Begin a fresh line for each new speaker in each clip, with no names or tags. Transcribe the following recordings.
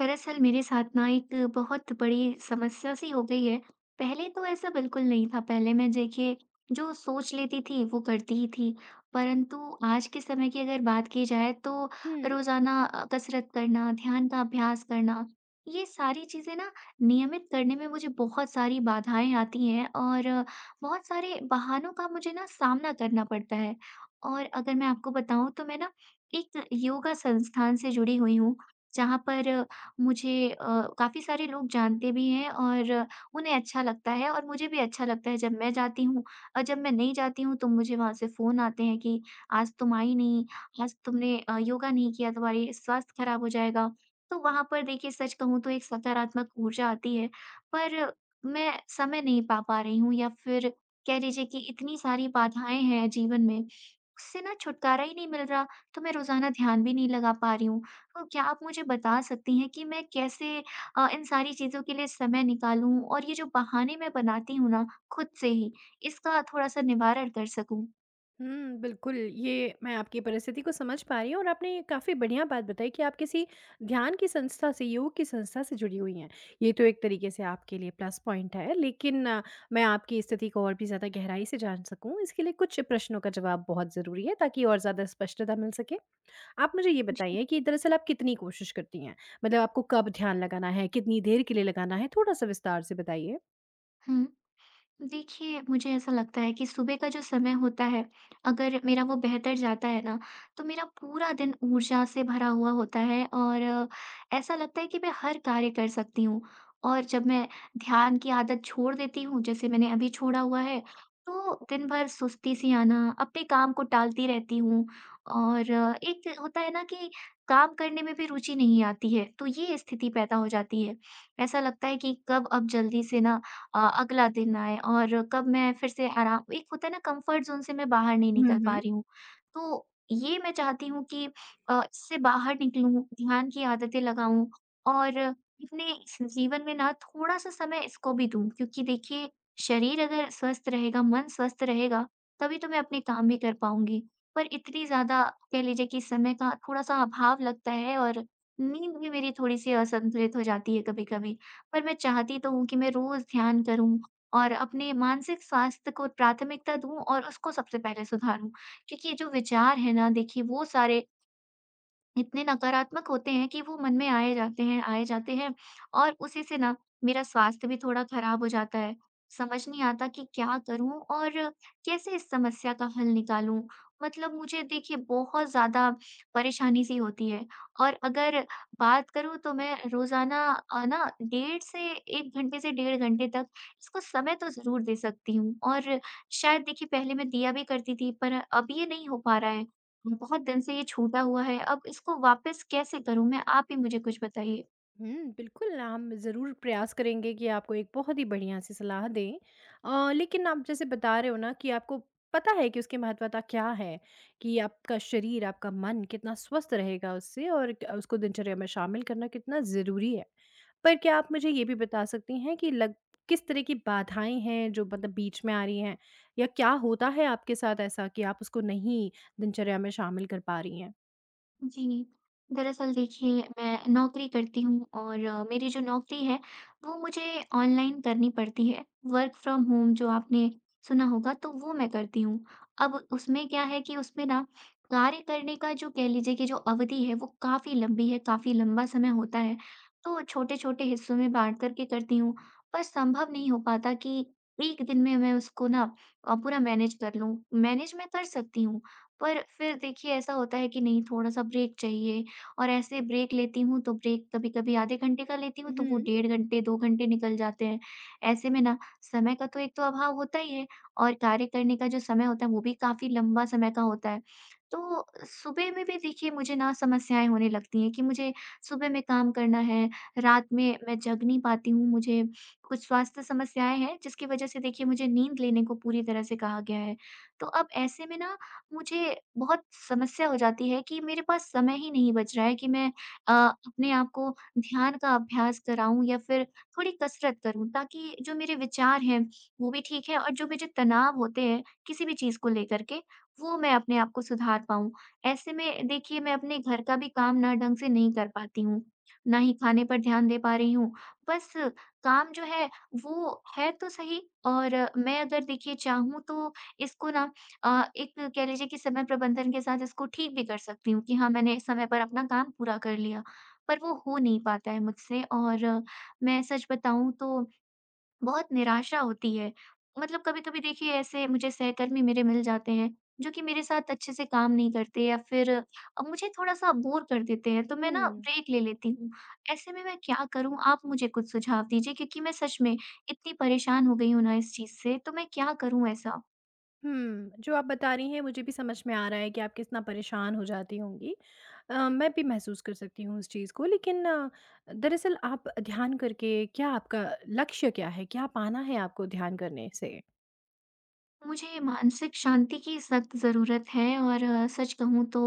दरअसल मेरे साथ ना एक बहुत बड़ी समस्या सी हो गई है। पहले तो ऐसा बिल्कुल नहीं था, पहले मैं देखिए जो सोच लेती थी वो करती ही थी। परंतु आज के समय की अगर बात की जाए तो
हुँ।
रोज़ाना कसरत करना, ध्यान का अभ्यास करना, ये सारी चीज़ें ना नियमित करने में मुझे बहुत सारी बाधाएँ आती हैं और बहुत सारे बहानों का मुझे ना सामना करना पड़ता है। और अगर मैं आपको बताऊँ तो मैं ना एक योगा संस्थान से जुड़ी हुई हूँ, जहाँ पर मुझे काफ़ी सारे लोग जानते भी हैं और उन्हें अच्छा लगता है और मुझे भी अच्छा लगता है जब मैं जाती हूँ और जब मैं नहीं जाती हूँ तो मुझे वहाँ से फ़ोन आते हैं कि आज तुम आई नहीं, आज तुमने योगा नहीं किया, तुम्हारी स्वास्थ्य खराब हो जाएगा। तो वहाँ पर देखिए सच कहूँ तो एक सकारात्मक ऊर्जा आती है, पर मैं समय नहीं पा पा रही हूँ या फिर कह लीजिए कि इतनी सारी बाधाएँ हैं जीवन में, उससे ना छुटकारा ही नहीं मिल रहा, तो मैं रोज़ाना ध्यान भी नहीं लगा पा रही हूँ। तो क्या आप मुझे बता सकती हैं कि मैं कैसे इन सारी चीज़ों के लिए समय निकालूँ और ये जो बहाने मैं बनाती हूँ ना खुद से ही, इसका थोड़ा-सा निवारण कर सकूँ?
हुँ, बिल्कुल, ये मैं आपकी परिस्थिति को समझ पा रही हूँ और आपने काफ़ी बढ़िया बात बताई कि आप किसी ध्यान की संस्था से, योग की संस्था से जुड़ी हुई हैं। ये तो एक तरीके से आपके लिए प्लस पॉइंट है, लेकिन मैं आपकी स्थिति को और भी ज़्यादा गहराई से जान सकूँ, इसके लिए कुछ प्रश्नों का जवाब बहुत ज़रूरी है ताकि और ज़्यादा स्पष्टता मिल सके। आप मुझे ये
जी।
बताइए कि दरअसल आप कितनी कोशिश करती हैं? मतलब आपको कब ध्यान लगाना है, कितनी देर के लिए लगाना है? थोड़ा-सा विस्तार से बताइए।
हुँ। देखिए, मुझे ऐसा लगता है कि सुबह का जो समय होता है, अगर मेरा वो बेहतर जाता है ना, तो मेरा पूरा दिन ऊर्जा से भरा हुआ होता है और ऐसा लगता है कि मैं हर कार्य कर सकती हूँ। और जब मैं ध्यान की आदत छोड़ देती हूँ, जैसे मैंने अभी छोड़ा हुआ है, तो दिन भर सुस्ती सी आना, अपने काम को टालती रहती हूँ और एक होता है ना कि काम करने में भी रुचि नहीं आती है, तो ये स्थिति पैदा हो जाती है। ऐसा लगता है कि कब अब जल्दी से ना अगला दिन आए और कब मैं फिर से आराम एक होता है ना कंफर्ट ज़ोन से मैं बाहर नहीं निकल पा रही हूँ। तो ये मैं चाहती हूँ कि इससे बाहर निकलूँ, ध्यान की आदतें लगाऊँ और अपने इस जीवन में ना थोड़ा-सा समय इसको भी दूँ क्योंकि देखिए शरीर अगर स्वस्थ रहेगा, मन स्वस्थ रहेगा, तभी तो मैं अपने काम भी कर पाऊँगी। पर इतनी ज़्यादा कह लीजिए कि समय का थोड़ा-सा अभाव लगता है और नींद भी मेरी थोड़ी-सी असंतुलित हो जाती है कभी-कभी। पर मैं चाहती तो हूँ कि मैं रोज़ ध्यान करूँ और अपने मानसिक स्वास्थ्य को प्राथमिकता दूँ और उसको सबसे पहले सुधारूँ। क्योंकि ये जो विचार हैं ना देखिए वो सारे इतने नकारात्मक होते हैं कि वो मन में आए जाते हैं और उसी से ना मेरा स्वास्थ्य भी थोड़ा खराब हो जाता है। समझ नहीं आता कि क्या करूँ और कैसे इस समस्या का हल निकालूँ? मतलब मुझे देखिए बहुत ज़्यादा परेशानी-सी होती है और अगर बात करूँ तो मैं रोज़ाना ना 1.5 से 1 घंटे से 1.5 घंटे तक इसको समय तो ज़रूर दे सकती हूँ और शायद देखिए पहले मैं दिया भी करती थी पर अब ये नहीं हो पा रहा है। बहुत दिन से ये छूटा हुआ है, अब इसको वापस कैसे करूँ मैं? आप ही मुझे कुछ बताइए।
हुँ, बिल्कुल, हम ज़रूर प्रयास करेंगे कि आपको एक बहुत ही बढ़िया-सी सलाह दें। लेकिन आप जैसे बता रहे हो ना कि आपको पता है कि उसकी महत्वता क्या है, कि आपका शरीर, आपका मन कितना स्वस्थ रहेगा उससे और क उसको दिनचर्या में शामिल करना कितना ज़रूरी है। पर क्या आप मुझे ये भी बता सकती हैं कि लग किस तरह की बाधाएँ हैं जो मतलब बीच में आ रही हैं? या क्या होता है आपके साथ ऐसा कि आप उसको नहीं दिनचर्या में शामिल कर पा रही हैं?
जी। दरअसल देखिए, मैं नौकरी करती हूँ और मेरी जो नौकरी है, वो मुझे ऑनलाइन करनी पड़ती है। वर्क फ्रॉम होम जो आपने सुना होगा, तो वो मैं करती हूँ। अब उसमें क्या है कि उसमें ना कार्य करने का जो कह लीजिए कि जो अवधि है, वो काफ़ी लंबी है, काफ़ी लंबा समय होता है। तो छोटे-छोटे हिस्सों में बाँट कर के करती हूँ, पर संभव नहीं हो पाता कि 1 दिन में मैं उसको ना पूरा मैनेज कर लूँ। मैनेज मैं कर सकती हूँ, पर फिर देखिए ऐसा होता है कि नहीं थोड़ा-सा ब्रेक चाहिए और ऐसे ब्रेक लेती हूँ तो ब्रेक कभी-कभी आधे घंटे का लेती हूँ तो वो
हुँ,
1.5 घंटे, 2 घंटे निकल जाते हैं। ऐसे में ना समय का तो एक तो अभाव होता ही है और कार्य करने का जो समय होता है वो भी काफ़ी लंबा समय का होता है। तो सुबह में भी देखिए मुझे ना समस्याएँ होने लगती हैं कि मुझे सुबह में काम करना है, रात में मैं जग नहीं पाती हूँ, मुझे कुछ स्वास्थ्य समस्याएँ हैं जिसकी वजह से देखिए मुझे नींद लेने को पूरी तरह से कहा गया है। तो अब ऐसे में ना मुझे बहुत समस्या हो जाती है कि मेरे पास समय ही नहीं बच रहा है कि मैं अपने आप को ध्यान का अभ्यास कराऊँ या फिर थोड़ी कसरत करूँ ताकि जो मेरे विचार हैं वो भी ठीक है और जो मुझे तनाव होते हैं किसी भी चीज़ को लेकर के वो मैं अपने आप को सुधार पाऊँ। ऐसे में देखिए मैं अपने घर का भी काम ना ढंग से नहीं कर पाती हूँ, ना ही खाने पर ध्यान दे पा रही हूँ। बस काम जो है वो है तो सही और मैं अगर देखिए चाहूँ तो इसको ना एक कह लीजिए कि समय प्रबंधन के साथ इसको ठीक भी कर सकती हूँ कि हाँ, मैंने इस समय पर अपना काम पूरा कर लिया। पर वो हो नहीं पाता है मुझसे और मैं सच बताऊँ तो बहुत निराशा होती है। मतलब कभी-कभी देखिए ऐसे मुझे सहकर्मी मेरे मिल जाते हैं, जो कि मेरे साथ अच्छे से काम नहीं करते या फिर मुझे थोड़ा-सा बोर कर देते हैं, तो मैं ना
हुँ।
ब्रेक ले लेती हूँ। ऐसे में मैं क्या करूँ? आप मुझे कुछ सुझाव दीजिए क्योंकि मैं सच में इतनी परेशान हो गई हूँ ना इस चीज़ से, तो मैं क्या करूँ ऐसा?
हुँ, जो आप बता रही हैं मुझे भी समझ में आ रहा है कि आप कितना परेशान हो जाती होंगी। मैं भी महसूस कर सकती हूँ उस चीज़ को लेकिन दरअसल आप ध्यान करके क्या आपका लक्ष्य क्या है? क्या पाना है आपको ध्यान करने से?
मुझे मानसिक शांति की सख्त ज़रूरत है और सच कहूँ तो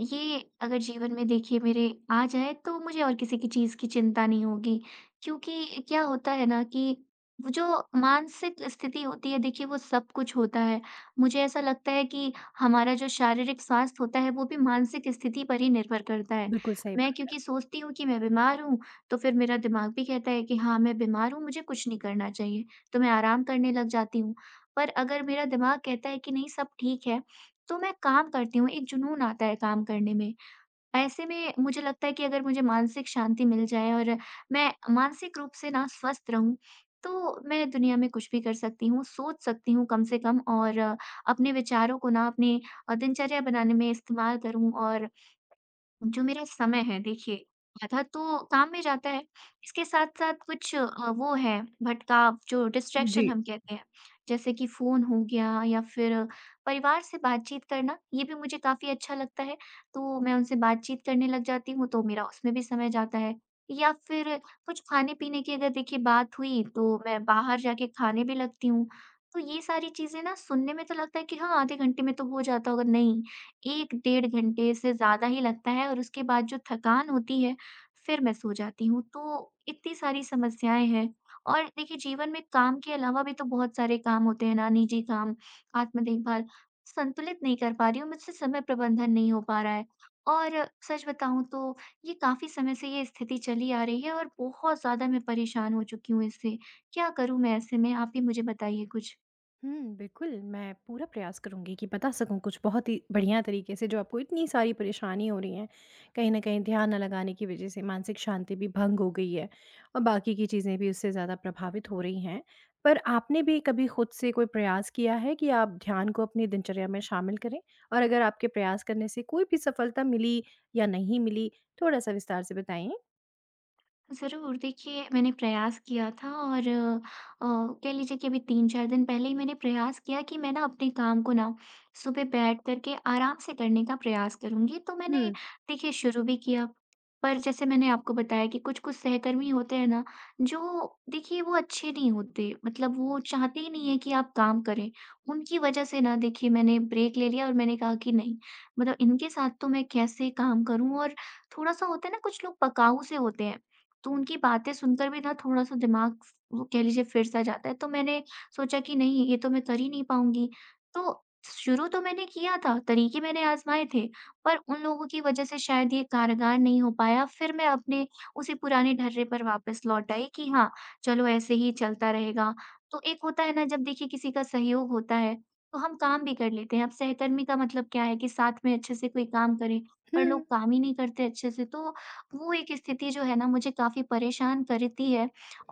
ये अगर जीवन में देखिए मेरे आ जाए तो मुझे और किसी की चीज़ की चिंता नहीं होगी। क्योंकि क्या होता है ना कि वो जो मानसिक स्थिति होती है देखिए वो सब कुछ होता है। मुझे ऐसा लगता है कि हमारा जो शारीरिक स्वास्थ्य होता है वो भी मानसिक स्थिति पर ही निर्भर करता है।
बिल्कुल सही
मैं
बात।
क्योंकि सोचती हूँ कि मैं बीमार हूँ तो फिर मेरा दिमाग भी कहता है कि हाँ, मैं बीमार हूँ मुझे कुछ नहीं करना चाहिए, तो मैं आराम करने लग जाती हूँ। पर अगर मेरा दिमाग कहता है कि नहीं सब ठीक है, तो मैं काम करती हूँ, एक जुनून आता है काम करने में। ऐसे में मुझे लगता है कि अगर मुझे मानसिक शांति मिल जाए और मैं मानसिक रूप से ना स्वस्थ रहूँ, तो मैं दुनिया में कुछ भी कर सकती हूँ, सोच सकती हूँ कम से कम और अपने विचारों को ना अपने दिनचर्या बनाने में इस्तेमाल करूँ और जो मेरा समय है देखिए, आधा तो काम में जाता है, इसके साथ-साथ कुछ वो है भटकाव जो डिस्ट्रैक्शन
जी।
हम कहते हैं। जैसे कि फ़ोन हो गया या फिर परिवार से बातचीत करना, ये भी मुझे काफ़ी अच्छा लगता है, तो मैं उनसे बातचीत करने लग जाती हूँ, तो मेरा उसमें भी समय जाता है। या फिर कुछ खाने-पीने की अगर देखिए बात हुई, तो मैं बाहर जाके खाने भी लगती हूँ। तो ये सारी चीज़ें ना सुनने में तो लगता है कि हाँ, आधे घंटे में तो हो जाता होगा, नहीं, 1 1.5 घंटे से ज़्यादा ही लगता है और उसके बाद जो थकान होती है, फिर मैं सो जाती हूँ। तो इतनी सारी समस्याएँ हैं और देखिए जीवन में काम के अलावा भी तो बहुत सारे काम होते हैं ना, निजी काम, आत्म देखभाल, संतुलित नहीं कर पा रही हूँ, मुझसे समय प्रबंधन नहीं हो पा रहा है। और सच बताऊँ तो ये काफ़ी समय से ये स्थिति चली आ रही है और बहुत ज़्यादा मैं परेशान हो चुकी हूँ इससे। क्या करूँ मैं ऐसे में? आप ही मुझे बताइए कुछ।
हुँ, बिल्कुल, मैं पूरा प्रयास करूँगी कि बता सकूँ कुछ बहुत ही बढ़िया तरीके से जो आपको इतनी सारी परेशानी हो रही है। कहीं न कहीं ध्यान न लगाने की वज़ह से मानसिक शांति भी भंग हो गई है और बाकी की चीज़ें भी उससे ज़्यादा प्रभावित हो रही हैं। पर आपने भी कभी खुद से कोई प्रयास किया है कि आप ध्यान को अपनी दिनचर्या में शामिल करें? और अगर आपके प्रयास करने से कोई भी सफलता मिली या नहीं मिली, थोड़ा-सा विस्तार से बताएँ?
ज़रूर, देखिए मैंने प्रयास किया था और कह लीजिए कि अभी 3-4 दिन पहले ही मैंने प्रयास किया कि मैं ना अपने काम को ना सुबह बैठ कर के आराम से करने का प्रयास करूँगी। तो मैंने
हुँ,
देखिए शुरू भी किया, पर जैसे मैंने आपको बताया कि कुछ-कुछ सहकर्मी होते हैं ना, जो देखिए वो अच्छे नहीं होते, मतलब वो चाहते ही नहीं है कि आप काम करें। उनकी वजह से ना देखिए मैंने ब्रेक ले लिया और मैंने कहा कि नहीं, मतलब इनके साथ तो मैं कैसे काम करूँ और थोड़ा-सा होता है ना कुछ लोग पकाऊ से होते हैं। तो उनकी बातें सुनकर भी ना थोड़ा-सा दिमाग स वो कह लीजिए फिर-सा जाता है, तो मैंने सोचा कि नहीं ये तो मैं कर ही नहीं पाऊँगी। तो शुरू तो मैंने किया था, तरीके मैंने आज़माए थे, पर उन लोगों की वजह से शायद ये कारगर नहीं हो पाया। फिर मैं अपने उसी पुराने ढर्रे पर वापस लौट आई कि हाँ, चलो ऐसे ही चलता रहेगा। तो एक होता है ना जब देखिए किसी का सहयोग होता है, तो हम काम भी कर लेते हैं। अब सहकर्मी का मतलब क्या है कि साथ में अच्छे से कोई काम करे, पर लोग
हुँ,
काम ही नहीं करते अच्छे से, तो वो एक स्थिति जो है ना मुझे काफ़ी परेशान करती है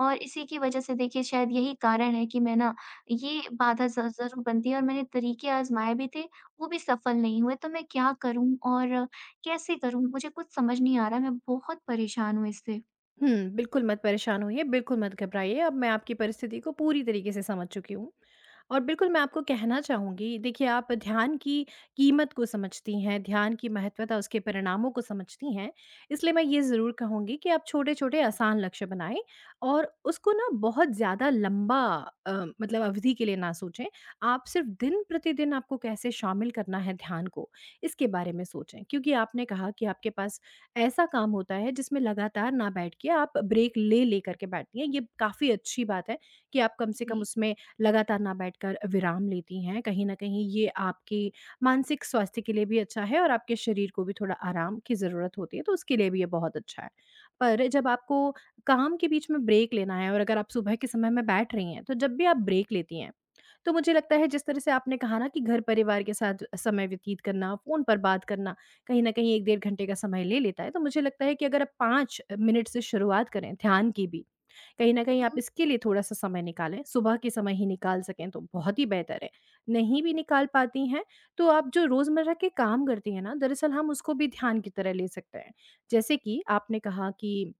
और इसी की वज़ह से देखिए शायद यही कारण है कि मैं ना ये बाधा ज़ ज़रूर बनती है और मैंने तरीके आज़माए भी थे, वो भी सफल नहीं हुए। तो मैं क्या करूँ और कैसे करूँ? मुझे कुछ समझ नहीं आ रहा, मैं बहुत परेशान हूँ इससे।
हुँ, बिल्कुल मत परेशान होइए, बिल्कुल मत घबराइए। अब मैं आपकी परिस्थिति को पूरी तरीके से समझ चुकी हूँ। और बिल्कुल, मैं आपको कहना चाहूँगी, देखिए, आप ध्यान की कीमत को समझती हैं, ध्यान की महत्वता, उसके परिणामों को समझती हैं, इसलिए मैं ये ज़रूर कहूँगी कि आप छोटे-छोटे आसान लक्ष्य बनाएँ और उसको ना बहुत ज़्यादा लंबा अ, मतलब अवधि के लिए ना सोचें। आप सिर्फ़ दिन-प्रतिदिन आपको कैसे शामिल करना है ध्यान को, इसके बारे में सोचें। क्योंकि आपने कहा कि आपके पास ऐसा काम होता है, जिसमें लगातार ना बैठ के आप ब्रेक ले-ले कर के बैठती हैं। ये काफ़ी अच्छी बात है कि आप कम से कम
जी।
उसमें लगातार ना बैठकर विराम लेती हैं, कहीं न कहीं ये आपके मानसिक स्वास्थ्य के लिए भी अच्छा है और आपके शरीर को भी थोड़ा आराम की ज़रूरत होती है, तो उसके लिए भी ये बहुत अच्छा है। पर जब आपको काम के बीच में ब्रेक लेना है और अगर आप सुबह के समय में बैठ रही हैं, तो जब भी आप ब्रेक लेती हैं, तो मुझे लगता है जिस तरह से आपने कहा ना कि घर-परिवार के साथ समय व्यतीत करना, फ़ोन पर बात करना, कहीं न कहीं 1 डेढ़ घंटे का समय ले लेता है, तो मुझे लगता है कि अगर आप 5 मिनट से शुरुआत करें ध्यान की भी, कहीं न कहीं आप
हुँ,
इसके लिए थोड़ा-सा समय निकालें, सुबह के समय ही निकाल सकें तो बहुत ही बेहतर है। नहीं भी निकाल पाती हैं, तो आप जो रोज़मर्रा के काम करती हैं ना, दरअसल हम उसको भी ध्यान की तरह ले सकते हैं। जैसे कि आपने कहा कि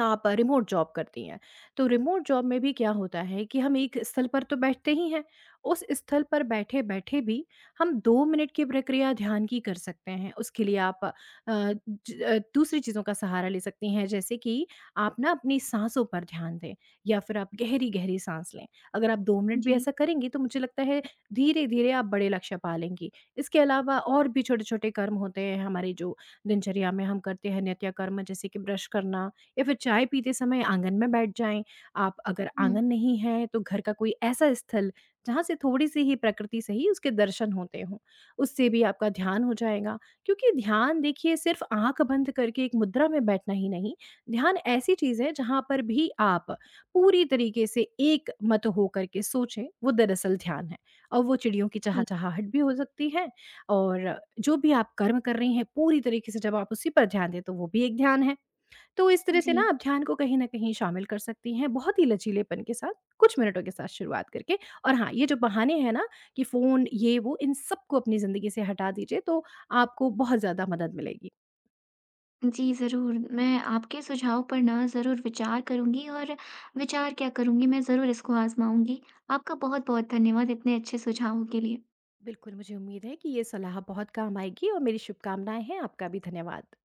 आप रिमोट जॉब करती हैं। तो रिमोट जॉब में भी क्या होता है कि हम एक स्थल पर तो बैठते ही हैं, उस स्थल पर बैठे-बैठे भी हम 2 मिनट की प्रक्रिया ध्यान की कर सकते हैं। उसके लिए आप दूसरी चीज़ों का सहारा ले सकती हैं जैसे कि आप ना अपनी साँसों पर ध्यान दें या फिर आप गहरी-गहरी साँस लें। अगर आप 2 मिनट भी
जी।
ऐसा करेंगी तो मुझे लगता है धीरे-धीरे आप बड़े लक्ष्य पा लेंगी। इसके अलावा और भी छोटे-छोटे कर्म होते हैं हमारी जो दिनचर्या में हम करते हैं नित्य कर्म जैसे कि ब्रश करना या फिर चाय पीते समय आंगन में बैठ जाएँ। आप अगर
हुँ,
आंगन नहीं है तो घर का कोई ऐसा स्थल जहाँ से थोड़ी-सी ही प्रकृति से ही उसके दर्शन होते हों, उससे भी आपका ध्यान हो जाएगा। क्योंकि ध्यान देखिए सिर्फ़ आँख बंद करके एक मुद्रा में बैठना ही नहीं, ध्यान ऐसी चीज़ है जहाँ पर भी आप पूरी तरीके से एक मत हो करके सोचें, वो दरअसल ध्यान है। और वो चिड़ियों की
ठीक।
चहचहाहट भी हो सकती है और जो भी आप कर्म कर रही हैं पूरी तरीके से जब आप उसी पर ध्यान दें तो वो भी एक ध्यान है। तो इस तरह
जी।
से ना आप ध्यान को कहीं न कहीं शामिल कर सकती हैं, बहुत ही लचीलेपन के साथ, कुछ मिनटों के साथ शुरुआत करके। और हाँ, ये जो बहाने हैं ना कि फ़ोन, ये वो, इन सबको अपनी ज़िंदगी से हटा दीजिए, तो आपको बहुत ज़्यादा मदद मिलेगी।
जी, ज़रूर। मैं आपके सुझाव पर ना ज़रूर विचार करूँगी और विचार क्या करूँगी, मैं ज़रूर इसको आज़माऊँगी। आपका बहुत-बहुत धन्यवाद इतने अच्छे सुझावों के लिए।
बिल्कुल, मुझे उम्मीद है कि ये सलाह बहुत काम आएगी और मेरी शुभकामनाएँ हैं। आपका भी धन्यवाद।